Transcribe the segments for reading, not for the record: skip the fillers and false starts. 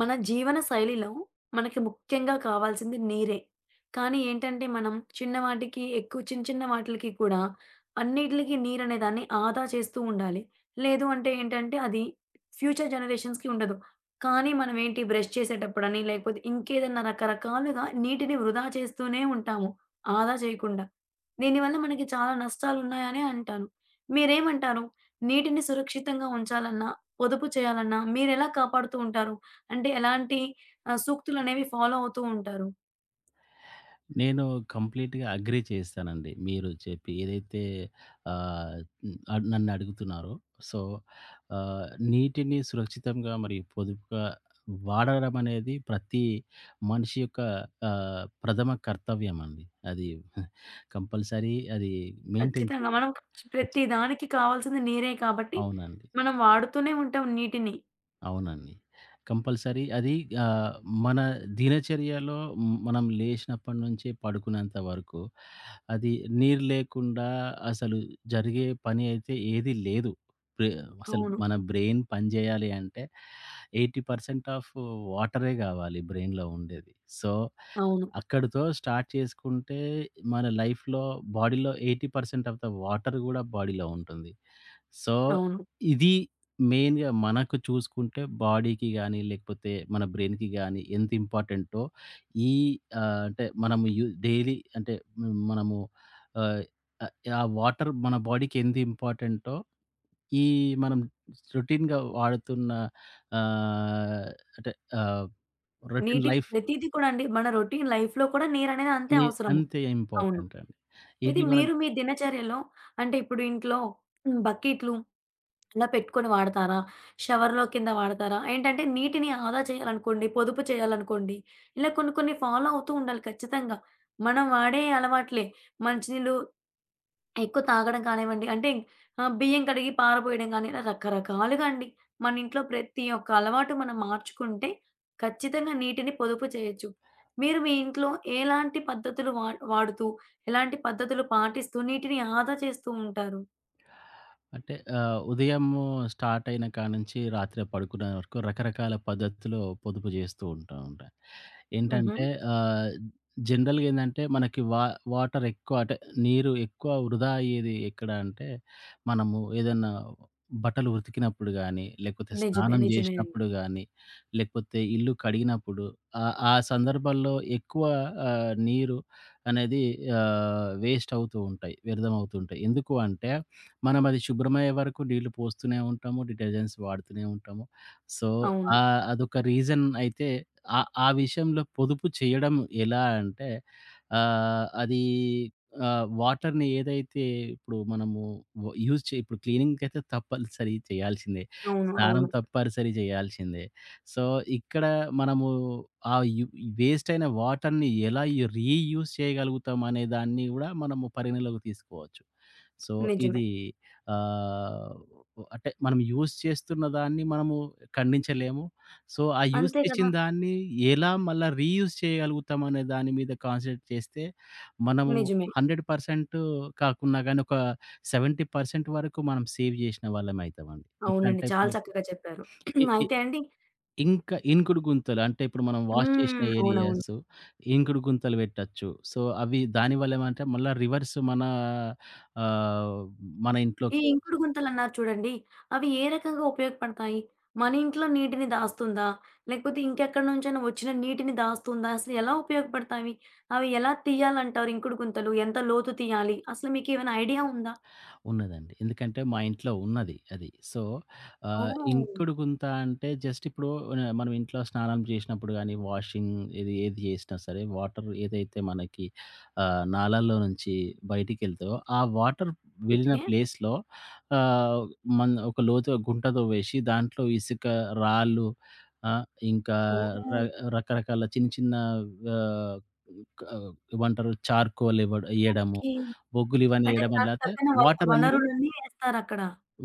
మన జీవన శైలిలో మనకి ముఖ్యంగా కావాల్సింది నీరే. కానీ ఏంటంటే, మనం చిన్న వాటికి ఎక్కువ చిన్న చిన్న వాటిలకి కూడా అన్నిట్లికి నీరనే దాన్ని ఆదా చేస్తూ ఉండాలి. లేదు అంటే ఏంటంటే, అది ఫ్యూచర్ జనరేషన్స్‌కి ఉండదు. కానీ మనం ఏంటి బ్రష్ చేసేటప్పుడని, లేకపోతే ఇంకేదన్నా రకరకాలుగా నీటిని వృధా చేస్తూనే ఉంటాము. ఆదా చేయకుండా. దీనివల్ల మనకి చాలా నష్టాలున్నాయనే అంటాను. మీరేమంటారు? నీటిని సురక్షితంగా ఉంచాలన్నా, పొదుపు చేయాలన్నా మీరెలా కాపాడుతూ ఉంటారు? అంటే ఎలాంటి సూక్తులనేవి ఫాలో అవుతూ ఉంటారు. నేను కంప్లీట్‌గా అగ్రీ చేస్తానండి. మీరు చెప్పి ఏదైతే ఆహ్, నన్ను అడుగుతున్నారో. సో, ఆహ్, నీటిని సురక్షితంగా మరియు పొదుపుగా వాడడం అనేది ప్రతి మనిషి యొక్క ప్రథమ కర్తవ్యం అండి. అది కంపల్సరీ అది మెయింటైన్ ఖచ్చితంగా చేయాలి. మనం ఖచ్చి ప్రతి దానికి కావాల్సింది నీరే కాబట్టి, అవునండి. మనం వాడుతూనే ఉంటాం నీటిని. అవునండి. కంపల్సరీ అది ఆహ్, మన దినచర్యలో మనం లేచినప్పటి నుంచి పడుకునేంత వరకు అది నీరు లేకుండా అసలు జరిగే పని అయితే ఏది లేదు. బ్రె అసలు అవును. మన బ్రెయిన్ పనిజేయాలి అంటే 80% ఆఫ్ వాటరే గావాలి బ్రెయిన్‌లో ఉండేది. సో, అవును. అక్కడితో స్టార్ట్ చేసుకుంటే మన లైఫ్‌లో బాడీలో 80% ఆఫ్ ద వాటర్ గూడా బాడీలో ఉంటుంది. సో, అవును. ఇది మెయిన్‌గా మనకు చూసుకుంటే బాడీకి గాని, లేకపోతే మన బ్రెయిన్‌కి గాని ఎంత ఇంపార్టెంటో ఈ అంటే మనము డైలీ అంటే మనము ఆహ్, ఆహ్, ఆ వాటర్ మన బాడీకి ఎంత ఇంపార్టెంటో ఈ మనం రొటీన్‌గా వాడుతున్న ఆహ్, అంటే ఆహ్, రొటీన్ నీటి లైఫ్‌ని ప్రతీది కూడా అండి మన రొటీన్ లైఫ్‌లో కూడా నీరనేది అంతే అవసరము. అంతే అవును. ఇంపార్టెంట్ అండి. ఇది ఇది మన మీరు మీ దినచర్యలో అంటే ఇప్పుడు ఇంట్లో బకెట్లు అలా పెట్టుకొని వాడతారా? షవర్‌లో కింద వాడతారా? ఏంటంటే నీటిని ఆదా చేయాలనుకోండి, పొదుపు చేయాలనుకోండి, ఇలా కొన్ని కొన్ని ఫాలో అవుతూ ఉండాలి ఖచ్చితంగా. మనం వాడే అలవాట్లే మంచినీళ్ళు ఎక్కువ తాగడం కానివ్వండి, అంటే బియ్యం కడిగి పారబోయడం గాని, ఇలా రకరకాలుగా అండి. మన ఇంట్లో ప్రతి ఒక్క అలవాటు మనం మార్చుకుంటే, ఖచ్చితంగా నీటిని పొదుపు చేయొచ్చు. మీరు మీ ఇంట్లో ఎలాంటి పద్ధతులు వాడుతూ, ఎలాంటి పద్ధతులు పాటిస్తూ నీటిని ఆదా చేస్తూ ఉంటారు? అంటే ఉదయము స్టార్ట్ అయిన కాడ నుంచి రాత్రి పడుకునే వరకు రకరకాల పద్ధతిలో పొదుపు జేస్తూ ఉంటా ఉంటా. హుహు. ఏంటంటే ఆహ్, జనరల్‌గా ఏందంటే మనకి వాటర్ ఎక్కువ అంటే నీరు ఎక్కువ వృధా అయ్యేది ఎక్కడ అంటే మనము ఏదన్నా బట్టలు ఉతికినప్పుడు గాని, లేకపోతే నిజమే. స్నానం నిజమే అండి. జేసినప్పుడు గాని, లేకపోతే ఇల్లు కడిగినప్పుడు ఆ సందర్భాల్లో ఎక్కువ నీరు అనేది వేస్ట్ అవుతూ ఉంటాయి. వ్యర్థం అవుతూ ఉంటాయి. ఎందుకు అంటే మనం అది శుభ్రమయ్యే వరకు నీళ్లు పోస్తూనే ఉంటాము. డిటర్జెంట్స్ వాడుతూనే ఉంటాము. సో, అవును. అదొక రీజన్ అయితే ఆ ఆ విషయంలో పొదుపు చేయడం ఎలా అంటే, అది వాటర్‌ని ఏదైతే ఇప్పుడు మనము వ యూజ్ చే ఇప్పుడు క్లీనింగ్‌కైతే తప్పనిసరి చేయాల్సిందే. అవును. స్నానం అవును. తప్పనిసరి చేయాల్సిందే. సో, ఇక్కడ మనము ఆ యు వేస్ట్ అయిన వాటర్‌ని ఎలా రీయూజ్ చేయగలుగుతాం అనే దాన్ని గూడా మనము పరిగణలోకి తీసుకోవచ్చు. సో, నిజమే. ఇది ఆహ్, అంటే మనం యూజ్ చేస్తున్న దాన్ని మనము ఖండించలేము. సో, ఆ యూజ్ అంతే కదా! చేసిన దాన్ని ఎలా మళ్ళా రీయూజ్ చేయగలుగుతాం అనే దాని మీద కాన్సంట్రేట్ చేస్తే, మనము నిజమే. 100% కాకున్నా గానీ, ఒక 70% వరకు మనం సేవ్ జేసిన వాళ్ళం అయితామండి. ఎట్లా అవునండి. అంటే చాలా ఇప్పుడు చక్కగా చెప్పారు. ఎ ఎ అయితే అండి. ఇంకా ఇంకుడు గుంతలు. అంటే ఇప్పుడు మనం వాష్ చేసిన హ్మ్. అవునవును. ఏరియాస్ ఇంకుడు గుంతలు పెట్టొచ్చు. సో, అవి దానివల్ల ఏమంటే మళ్ళా రివర్స్ మన ఆహ్, మన ఈ ఇంట్లోకి ఇంకుడు గుంతలన్నారు చూడండి, అవి ఏ రకంగా ఉపయోగపడతాయి? మన ఇంట్లో నీటిని దాస్తుందా? లేకపోతే ఇంకెక్కడి నుంచైనా వచ్చిన నీటిని దాస్తుందా? అసలు ఎలా ఉపయోగపడతాయి? అవి ఎలా తీయాలంటారు ఇంకుడు గుంతలు? ఎంత లోతు తీయాలి? అసలు మీకేమైనా ఐడియా ఉందా? ఉన్నదండి. ఎందుకంటే మా ఇంట్లో ఉన్నది అది. So, oh! ఇంకుడు గుంత అంటే జస్ట్ ఇప్పుడు మనం ఇంట్లో స్నానం చేసినప్పుడు గాని, వాషింగ్ ఇది ఏది చేసినా సరే వాటర్ ఏదైతే మనకి నాళాల్లో నుంచి బయటికెళ్తాయో, ఆ వాటర్ వెళ్ళిన ఓకే. ప్లేస్‌లో ఆహ్, మన ఒక లోతు గుంట తవ్వేసి దాంట్లో ఇసుక, రాళ్ళు ఆహ్, ఇంకా ఓకే. ర రకరకాల చిన్న చిన్న ఆహ్, క ఏమంటారు చార్కోల్ ఎయడము, బొగ్గులు ఇవన్నీ అంటే ఎయడం దానికి వల్ల తగ్గన వన వాటర్ అనేది వనరులన్నీ ఏస్తారక్కడ.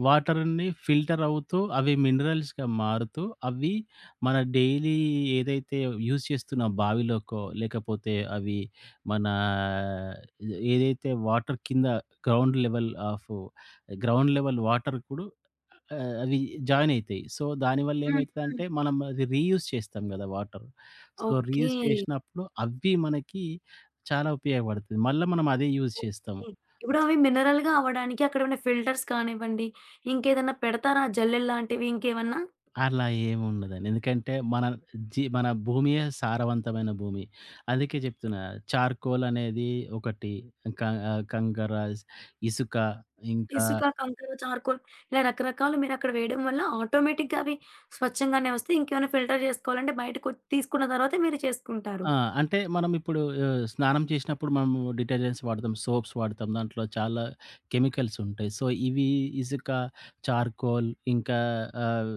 వాటర్‌ని ఫిల్టర్ అవుతూ, అవి మినరల్స్‌గా మారుతూ, అవి మన డైలీ ఏదైతే యూజ్ చేస్తున్న బావిలోకో, లేకపోతే అవి మన ఏదైతే వాటర్ కింద ground level of ground level water కూడా అవి జాయిన్ అయితాయి. సో, దానివల్ల హ్మ్. హ్మ్. ఏమైతదంటే మనం అది రీయూజ్ చేస్తాం గదా! వాటర్. So, okay. రీయూజ్ చేసినప్పుడు అవి మనకి చాలా ఉపయోగపడతది. మళ్ళా మనం అదే యూజ్ చేస్తాము. ఓకే. ఇప్పుడవి మినరల్‌గా అవ్వడానికి అక్కడేమైనా ఫిల్టర్స్ కానివ్వండి, ఇంకేదన్నా పెడతారా జల్లెల్లాంటివి ఇంకేమన్నా? అలా ఏముండదండి. ఎందుకంటే మన మన భూమియే సారవంతమైన భూమి. అందుకే చెప్తున్నా చార్కోల్ అనేది ఒకటి. క కంకర, ఇసుక ఇంకా ఇసుక, కంకర, చార్‌కోల్ ఇలా రకరకాలు మీరక్కడ వేయడం వల్ల ఆటోమేటిక్‌గా అవి స్వచ్ఛంగానే వస్తాయి. ఇంకేమైనా ఫిల్టర్ చేసుకోవాలంటే బయటకొ తీసుకున్న తర్వాతే మీరు చేసుకుంటారు. ఆ! అంటే మనమిప్పుడు స్నానం చేసినప్పుడు మనము డిటర్జెంట్స్ వాడతాం, సోప్స్ వాడతాం. దాంట్లో చాలా కెమికల్స్ ఉంటాయి. సో, ఇవి ఇసుక, చార్కోల్ ఇంకా ఆహ్,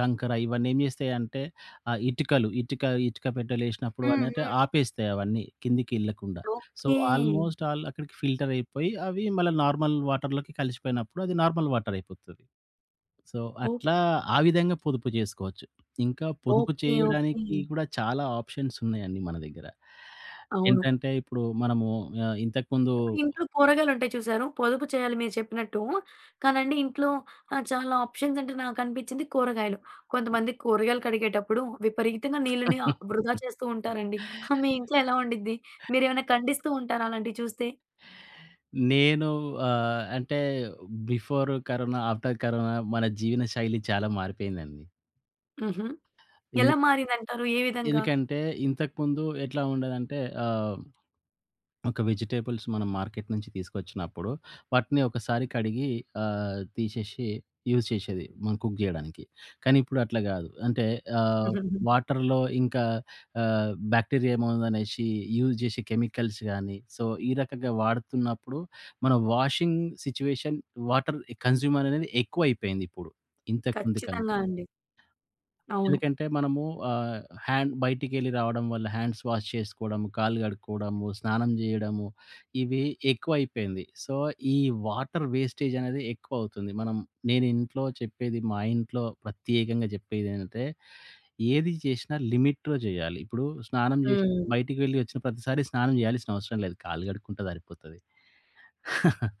కంకర ఇవన్నీ ఏం చేస్తాయంటే ఆ ఇటుకలు, ఇటుక ఇటుక పెట్టెలేసినప్పుడు హ్మ్. అనేటి హ్మ్. ఆపేస్తాయి అవన్నీ కిందికి ఎళ్ళకుండా. So, okay. ఆల్మోస్ట్ ఆల్ అక్కడికి ఫిల్టర్ అయిపోయి అవి మళ్ళా నార్మల్ వాటర్‌లోకి కలిసిపోయినప్పుడు అది నార్మల్ వాటర్ అయిపోతది. సో, ఓ అట్లా ఆ విధంగా పొదుపు జేసుకోవచ్చు. ఇంకా పొదుపు ఓకే. ఓకే. చేయడానికి కూడా చాలా ఆప్షన్స్ ఉన్నాయండి మన దగ్గర. అవును. ఏంటంటే ఇప్పుడు మనము ఇంతకుముందు ఇప్పుడు ఇంట్లో కూరగాయలుంటాయి చూసారు. పొదుపు చేయాలి మీరు చెప్పినట్టు. కానండి ఇంట్లో చాలా ఆప్షన్స్ అంటే నాకనిపించింది కూరగాయలు. కొంతమంది కూరగాయలు కడిగేటప్పుడు విపరీతంగా నీళ్ళని వృధా చేస్తూ ఉంటారండి. మీ ఇంట్లో ఎలా ఉండిద్ది? మీరేమైనా ఖండిస్తూ ఉంటారా అలాంటివి చూస్తే? నేను అంటే బిఫోర్ కరోనా, ఆఫ్టర్ కరోనా మన జీవన శైలి చాలా మారిపోయిందండి. హుహు. ఎందు ఎలా మారిందంటారు? ఏ విధంగా? ఎందుకంటే ఇంతకుముందు ఎట్లా ఉండేదంటే ఆహ్ ఒక వెజిటబుల్స్ మనం మార్కెట్ నుంచి తీసుకొచ్చినప్పుడు, వాటిని ఒకసారి కడిగి తీసేసి యూజ్ చేసేది మనం కుక్ జేయడానికి. కానీ ఇప్పుడు అట్లా గాదు. అంటే ఆహ్, వాటర్‌లో ఇంకా బాక్టీరియా ఏమో ఉందనేసి యూజ్ జేసే కెమికల్స్ గానీ, సో, ఈ రకంగా వాడుతున్నప్పుడు మన వాషింగ్ సిట్యుయేషన్ వాటర్ కన్స్యూమ్ అనేది ఎక్కువైపోయింది ఇప్పుడు. ఇంతకు ముందు కన్నా. ఖచ్చితంగా అండి. అవును. ఎందుకంటే మనము ఆహ్, హ్యాండ్ బయటికెళ్ళి రావడం వల్ల హ్యాండ్స్ వాష్ చేసుకోవడం, కాళ్ళు కడుక్కోవడము, స్నానం చేయడము ఇవి ఎక్కువైపోయింది. సో, ఈ వాటర్ వేస్టేజ్ అనేది ఎక్కువవుతుంది. నేను ఇంట్లో చెప్పేది మా ఇంట్లో ప్రత్యేకంగా చెప్పేదేంటంటే, ఏది చేసినా లిమిట్‌లో చేయాలి. ఇప్పుడు స్నానం చేసిన హ్మ్. బయటికి వెళ్లి వచ్చిన ప్రతిసారి స్నానం చేయాల్సిన అవసరం లేదు. కాళ్ళు కడుక్కుంటే సరిపోతది.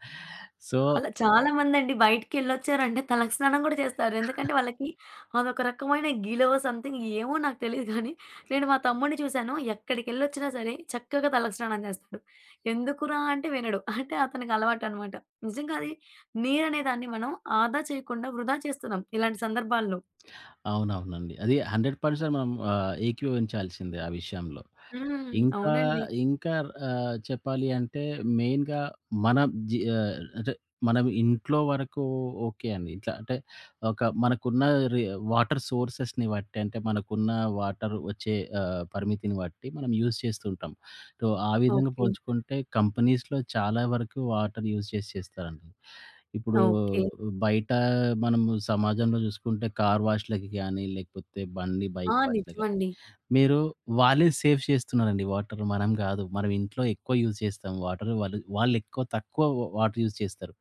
సో అలా చాలా మందండి బయటికెళ్ళొచ్చారంటే తలస్నానం గూడా చేస్తారు. ఎందుకంటే వాళ్ళకి అదొక రకమైన గిలో సంథింగ్ ఏమో నాకు తెలీదు గానీ, నేను మా తమ్ముడిని చూశాను. ఎక్కడికెళ్ళొచ్చినా సరే చక్కగా తలస్నానం చేస్తాడు. ఎందుకురా అంటే వినడు. అంటే అతనికి అలవాటనమాట. నిజంగా అది నీరనే దాన్ని మనం ఆదా చేయకుండా వృధా చేస్తున్నాం ఇలాంటి సందర్భాల్లో. అవునవునండి. అది 100% మనం ఏకీభవించాల్సిందే ఆ విషయంలో. హ్మ్. ఇంకా, అవునండి. ఇంకా చెప్పాలి అంటే మెయిన్‌గా మన జీ ఆహ్, అంటే మనం ఇంట్లో వరకు ఓకే అండి. ఇట్లా అంటే ఒక మనకున్న రి వాటర్ సోర్సెస్‌ని బట్టి అంటే మనకున్న వాటర్ వచ్చే పరిమితిని బట్టి మనం యూజ్ చేస్తుంటాం. సో, ఆ విధంగా ఓకే. పోల్చుకుంటే కంపెనీస్‌లో చాలా వరకు వాటర్ యూజ్ చేసి చేస్తారండి. ఇప్పుడు ఓకే. బయట మనము సమాజంలో చూసుకుంటే కార్ వాష్‌లకి గానీ, లేకపోతే బండి, బైక్ ఆ! వాష్‌లకి గానీ, నిజమండి. మీరు వాళ్ళే సేవ్ చేస్తున్నారండి వాటర్. మనం గాదు. మనం ఇంట్లో ఎక్కువ యూజ్ చేస్తాం వాటర్. వాళ్ళు తక్కువ వాటర్ యూజ్ చేస్తారు.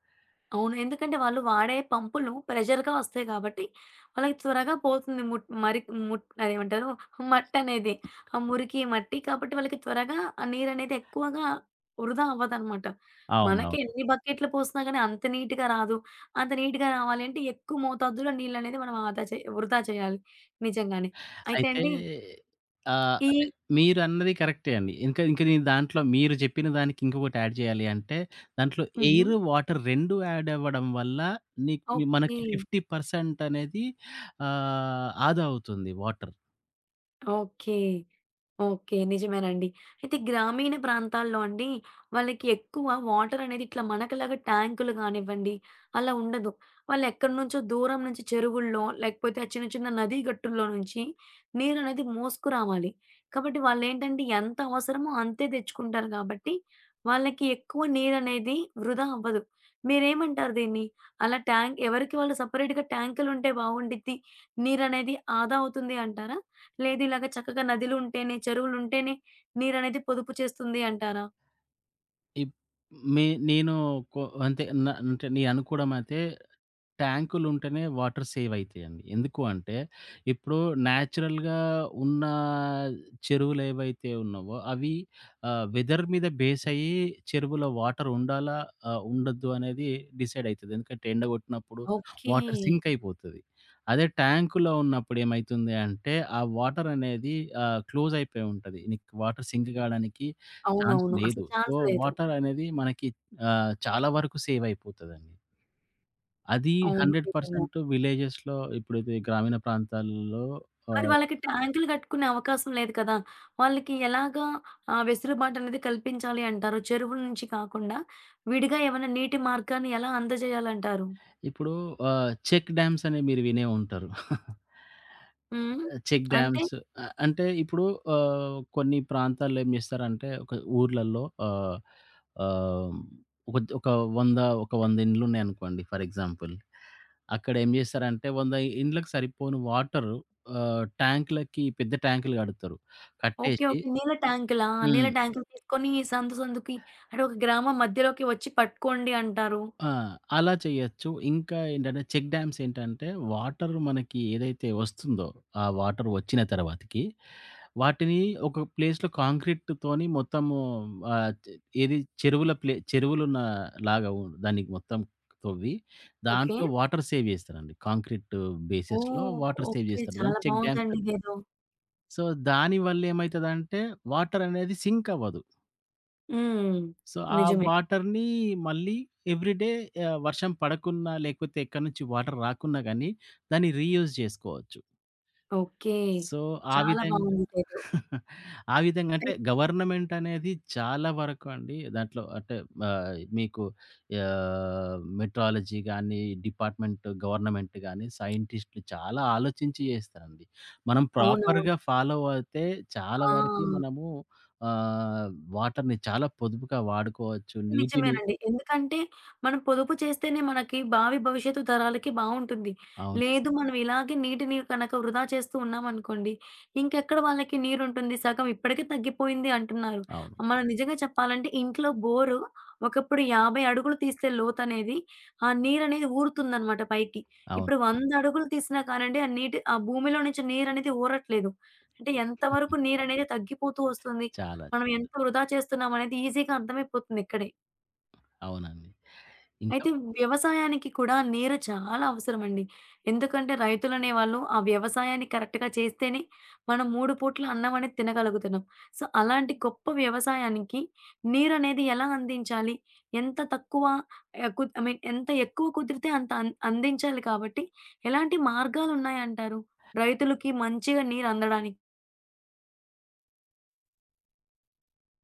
అవును. ఎందుకంటే వాళ్ళు వాడే పంపులు ప్రెషర్‌గా వస్తాయి కాబట్టి, వాళ్ళకి త్వరగా పోతుంది ముట్ మరి అదేమంటారు మట్టనేది. ఆ మురికి, మట్టి కాబట్టి వాళ్ళకి త్వరగా ఆ నీరనేది ఎక్కువగా వృధా అవ్వదనమాట. మనకి అవునవును. ఎన్ని బకెట్లు పోసినా గానీ అంత నీట్‌గా రాదు. అంత నీట్‌గా రావాలి అంటే ఎక్కువ మోతాదులో నీళ్ళనేది మనం ఆదా చే వృధా చేయాలి. నిజంగానే. అయితే అయితే అండి. ఈ అంటే మీరన్నది కరెక్టే అండి. ఇంకా నేను దాంట్లో మీరు చెప్పిన దానికి ఇంకొకటి యాడ్ చేయాలి అంటే, దాంట్లో హుహు. ఎయిర్, వాటర్ 2 యాడ్ అవ్వడం వల్ల ఓకే. మనకి 50% అనేది ఆదా అవుతుంది వాటర్. ఓకే. ఓకే. నిజమేనండి. అయితే గ్రామీణ ప్రాంతాల్లో అండి, వాళ్ళకి ఎక్కువ వాటర్ అనేది ఇట్లా మనకిలాగా ట్యాంకులు గానివ్వండి, అలా ఉండదు. వాళ్ళెక్కడి నుంచో దూరం నుంచి చెరువుల్లో, లేకపోతే ఆ చిన్న చిన్న నదీ గట్టుల్లో నుంచి నీరనేది మోసుకురావాలి. కాబట్టి వాళ్ళేంటంటే, ఎంత అవసరమో అంతే తెచ్చుకుంటారు గాబట్టి, వాళ్ళకి ఎక్కువ నీరనేది వృధా అవ్వదు. మీరేమంటారు దీన్ని? అలా ట్యాంక్ ఎవరికి వాళ్ళు సెపరేట్‌గా ట్యాంకులుంటే బావుండిద్ది. నీరనేది ఆదా అవుతుంది అంటారా? లేదు ఇలాగ చక్కగా నదులుంటేనే, చెరువులుంటేనే నీరనేది పొదుపు చేస్తుంది అంటారా? ఇప్ మే నేను కొ అంతే న అంటే నేను అనుకోవడం అయితే ట్యాంకులుంటేనే వాటర్ సేవ్ అయితాయండి. ఎందుకు అంటే ఇప్పుడు నేచురల్‌గా ఉన్న చెరువులు ఏవైతే ఉన్నావో అవి వెదర్ మీద బేస్ అయ్యి చెరువులో వాటర్ ఉండాలా? ఉండొద్దు అనేది డిసైడ్ అయితది. ఎందుకంటే ఎండ కొట్టినప్పుడు ఓకే. వాటర్ సింక్ అయిపోతది. అదే ట్యాంకులో ఉన్నప్పుడు ఏమైతుంది అంటే ఆ వాటర్ అనేది క్లోజ్ అయిపోయి ఉంటది. నీకు వాటర్ సింక్ కావడానికి ఛాన్స్ అవునవును. అసలు లేదు. సో, ఛాన్స్ లేదు. వాటర్ అనేది మనకి చాలా వరకు సేవ్ అయిపోతదండి. అది అవును. నిజంగా. 100% విలేజెస్‌లో ఇప్పుడైతే గ్రామీణ ప్రాంతాల్లో మరి ఆహ్, వాళ్ళకి ట్యాంకులు కట్టుకునే అవకాశం లేదు కదా! వాళ్ళకి ఎలాగా వెసులుబాటనేది కల్పించాలి అంటారు? చెరువుల నుంచి కాకుండా విడిగా ఏమైనా నీటి మార్గాన్ని ఎలా అందజేయాలంటారు? ఇప్పుడు చెక్ డ్యామ్స్ అనేవి మీరు వినే ఉంటారు. హ్మ్. చెక్ అంటే డ్యామ్స్. అంటే ఇప్పుడు కొన్ని ప్రాంతాల్లో ఏం చేస్తారంటే ఒక ఊర్లల్లో ఆహ్, ఆహ్, ఒక ఒక 100 ఇండ్లు ఉన్నాయనుకోండి ఫర్ ఎగ్జాంపుల్. అక్కడ ఏం చేస్తారంటే 100 ఇండ్లకు సరిపోను వాటరు ట్యాంక్‌లకి పెద్ద ట్యాంక్‌లు కడతారు. ఓకే. కట్టేసి ఓకే. నీళ్ళ ట్యాంకులా? నీళ్ళ హ్మ్. ట్యాంకులు తీసుకొని సందు సందుకి అంటే ఒక గ్రామం మధ్యలోకి వచ్చి పట్టుకోండి అంటారు. ఆ! అలా చేయొచ్చు. ఇంకా ఏంటంటే, చెక్ డ్యామ్స్ ఏంటంటే, వాటర్ మనకి ఏదైతే వస్తుందో, ఆ వాటర్ వచ్చిన తర్వాతకి, వాటిని ఒక ప్లేస్‌లో కాంక్రీట్‌తోని మొత్తము ఆహ్, చ్ ఏది చెరువులున్న లాగా దానికి మొత్తం తవ్వి, ఓకే. దాంట్లో వాటర్ సేవ్ చేస్తారండి. కాంక్రీట్ బేసిస్‌లో ఓహ్! Water save okay. చేస్తారు. చాలా దాన్ని చెక్ డ్యామ్స్ బావుందండి అంటారు. ఇదేదో. సో, దానివల్ల ఏమైతదంటే, వాటర్ అనేది సింక్ అవ్వదు. హ్మ్. సో, ఆ నిజమే. వాటర్‌ని మళ్ళీ ఎవ్రీ డే వర్షం పడకున్నా, లేకపోతే ఎక్కడి నుంచి వాటర్ రాకున్నా గానీ, దాన్ని రీయూజ్ జేసుకోవచ్చు. ఓకే. సో, ఆ చాలా విధంగా బావుందిదేదో. ఆ విధంగా అంటే అయ్ గవర్నమెంట్ అనేది చాలా వరకు అండి దాంట్లో అంటే మీకు మెట్రాలజీ గాని, డిపార్ట్మెంట్ గవర్నమెంట్ గాని, సైంటిస్ట్‌లు చాలా ఆలోచించి చేస్తారండి. మనం అవునవును. ప్రాపర్‌గా ఫాలో అయితే చాలా ఆ! వరకి మనము ఆహ్, వాటర్‌ని చాలా పొదుపుగా వాడుకోవచ్చు. నీటిని నిజమేనండి. ఎందుకంటే మనం పొదుపు చేస్తేనే మనకి భావి భవిష్యత్తు తరాలకి బావుంటుంది. అవును. లేదు మనం ఇలాగే నీటిని కనక వృధా చేస్తూ ఉన్నామనుకోండి, ఇంకెక్కడ వాళ్ళకి నీరుంటుంది? సగం ఇప్పటికే తగ్గిపోయింది అంటున్నారు. అవును. మనం నిజంగా చెప్పాలంటే ఇంట్లో బోరు ఒకప్పుడు 50 అడుగులు తీస్తే లోతనేది, ఆ నీరనేది ఊరుతుందనమాట పైకి. అవును. ఇప్పుడు 100 అడుగులు తీసినా కానండి ఆ నీటి ఆ భూమిలో నుంచి నీరనేది ఊరట్లేదు. అంటే ఎంత వరకు నీరనేది తగ్గిపోతూ వస్తుంది. చాలా. మనం చాలా. ఎంత వృధా చేస్తున్నామనేది ఈజీగా అర్థమైపోతుంది ఇక్కడే. అవునండి. ఇంకా అయితే వ్యవసాయానికి కూడా నీరు చాలా అవసరమండి. ఎందుకంటే రైతులనేవాళ్ళు ఆ వ్యవసాయాన్ని కరెక్ట్‌గా చేస్తేనే మనం 3 పూట్ల అన్నం అనేది తినగలుగుతున్నాం. సో, అలాంటి గొప్ప వ్యవసాయానికి నీరనేది ఎలా అందించాలి? ఎంత తక్కువ ఆహ్, కు ఐ మీన్ ఎంత ఎక్కువ కుదిరితే అంత అందించాలి కాబట్టి ఎలాంటి మార్గాలున్నాయంటారు? రైతులకి మంచిగా నీరు అందడానికి?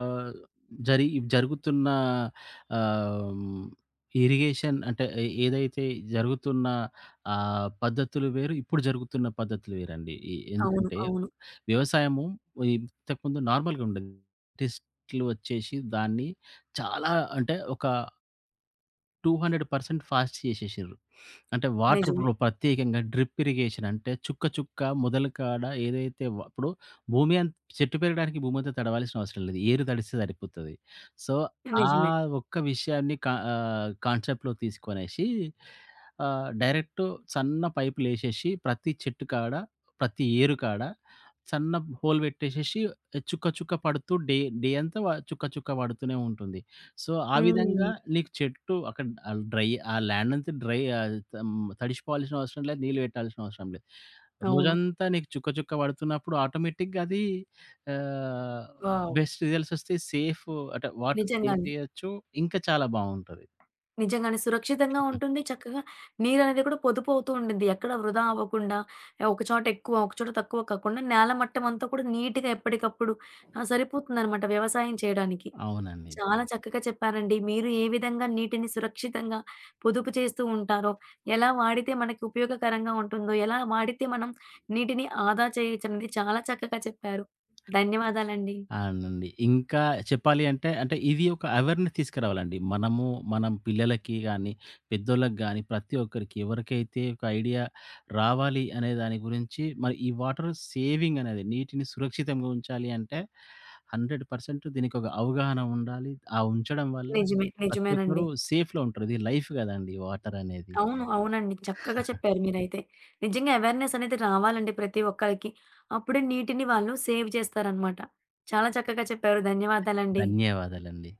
ఆహ్, జరి జరుగుతున్న ఆహ్, హ్మ్, ఇరిగేషన్ అంటే ఏదైతే జరుగుతున్న పద్ధతులు వేరు, ఇప్పుడు జరుగుతున్న పద్ధతులు వేరండి. అవును. ఎందుకంటే అవును. వ్యవసాయము ఇంతకుముందు నార్మల్‌గా ఉండేది. టెస్ట్‌లు వచ్చేసి దాన్ని చాలా అంటే ఒక 200% ఫాస్ట్ చేసేసిర్రు. అంటే నిజమే. వాటర్‌లో ప్రత్యేకంగా డ్రిప్ ఇరిగేషన్ అంటే చుక్క చుక్క మొదలు కాడ ఏదైతే ఇప్పుడు భూమి అం చెట్టు పెరగడానికి భూమంతా తడవాల్సిన అవసరం లేదు. ఏరు తడిస్తే సరిపోతది. సో, ఆ నిజమే. ఒక్క విషయాన్ని కాన్సెప్ట్‌లో తీసుకొనేసి డైరెక్ట్ సన్న పైపులేసేసి ప్రతి చెట్టు కాడ, ప్రతి ఏరు కాడ సన్న హోల్ పెట్టేసేసి చుక్క చుక్క పడుతూ డే డే అంతా చుక్క చుక్క పడుతూనే ఉంటుంది. సో, ఆ విధంగా హ్మ్. నీకు చెట్టు అక్కడ ఆల్ డ్రై ఆ ల్యాండ్ అంతా డ్రై ఆహ్, తమ్ తడిషిపోవాల్సిన అవసరం లేదు. నీళ్ళు పెట్టాల్సిన అవసరం లేదు. అవును. రోజంతా నీకు చుక్క చుక్క పడుతున్నప్పుడు ఆటోమేటిక్‌గా అది ఆహ్, వావ్! బెస్ట్ రిజల్ట్స్ వస్తాయి. అంటే వాటర్ సేవ్ నిజంగానే. చేయొచ్చు. ఇంకా చాలా బావుంటది. నిజంగానే. సురక్షితంగా ఉంటుంది. చక్కగా నీరనేది కూడా పొదుపు అవుతూ ఉండిద్ది. ఎక్కడ వృధా అవ్వకుండా ఏ ఒక చోట ఎక్కువ, ఒక చోట తక్కువ కాకుండా నేల మట్టం అంతా కూడా నీట్‌గా ఎప్పటికప్పుడు సరిపోతుందనమాట వ్యవసాయం చేయడానికి. అవునండి. చాలా చక్కగా చెప్పారండి. మీరు ఏ విధంగా నీటిని సురక్షితంగా పొదుపు చేస్తూ ఉంటారో, ఎలా వాడితే మనకి ఉపయోగకరంగా ఉంటుందో, ఎలా వాడితే మనం నీటిని ఆదా చేయొచ్చనేది చాలా చక్కగా చెప్పారు. ధన్యవాదాలండి. అవునండి. ఇంకా చెప్పాలి అంటే, అంటే ఇది ఒక అవేర్‌నెస్ తీసుకురావాలండి. మనం పిల్లలకి గాని, పెద్దోళ్ళకి గాని ప్రతి ఒక్కరికి ఎవరికైతే ఒక ఐడియా రావాలి అనే దాని గురించి మరి ఈ వాటర్ సేవింగ్ అనేది నీటిని సురక్షితంగా ఉంచాలి అంటే 100% దీనికొక అవగాహన ఉండాలి. ఆ ఉంచడం వల్ల నిజమే. ప్రతి నిజమేనండి. ఒక్కరు సేఫ్‌లో ఉంటారు. ఇది లైఫ్ కదండీ వాటర్ అనేది. అవును. అవునండి. చక్కగా చెప్పారు మీరైతే. నిజంగా అవేర్‌నెస్ అనేది రావాలండి ప్రతి ఒక్కళ్ళకి. అప్పుడే నీటిని వాళ్ళు సేవ్ చేస్తారనమాట. చాలా చక్కగా చెప్పారు. ధన్యవాదాలండి. ధన్యవాదాలండి.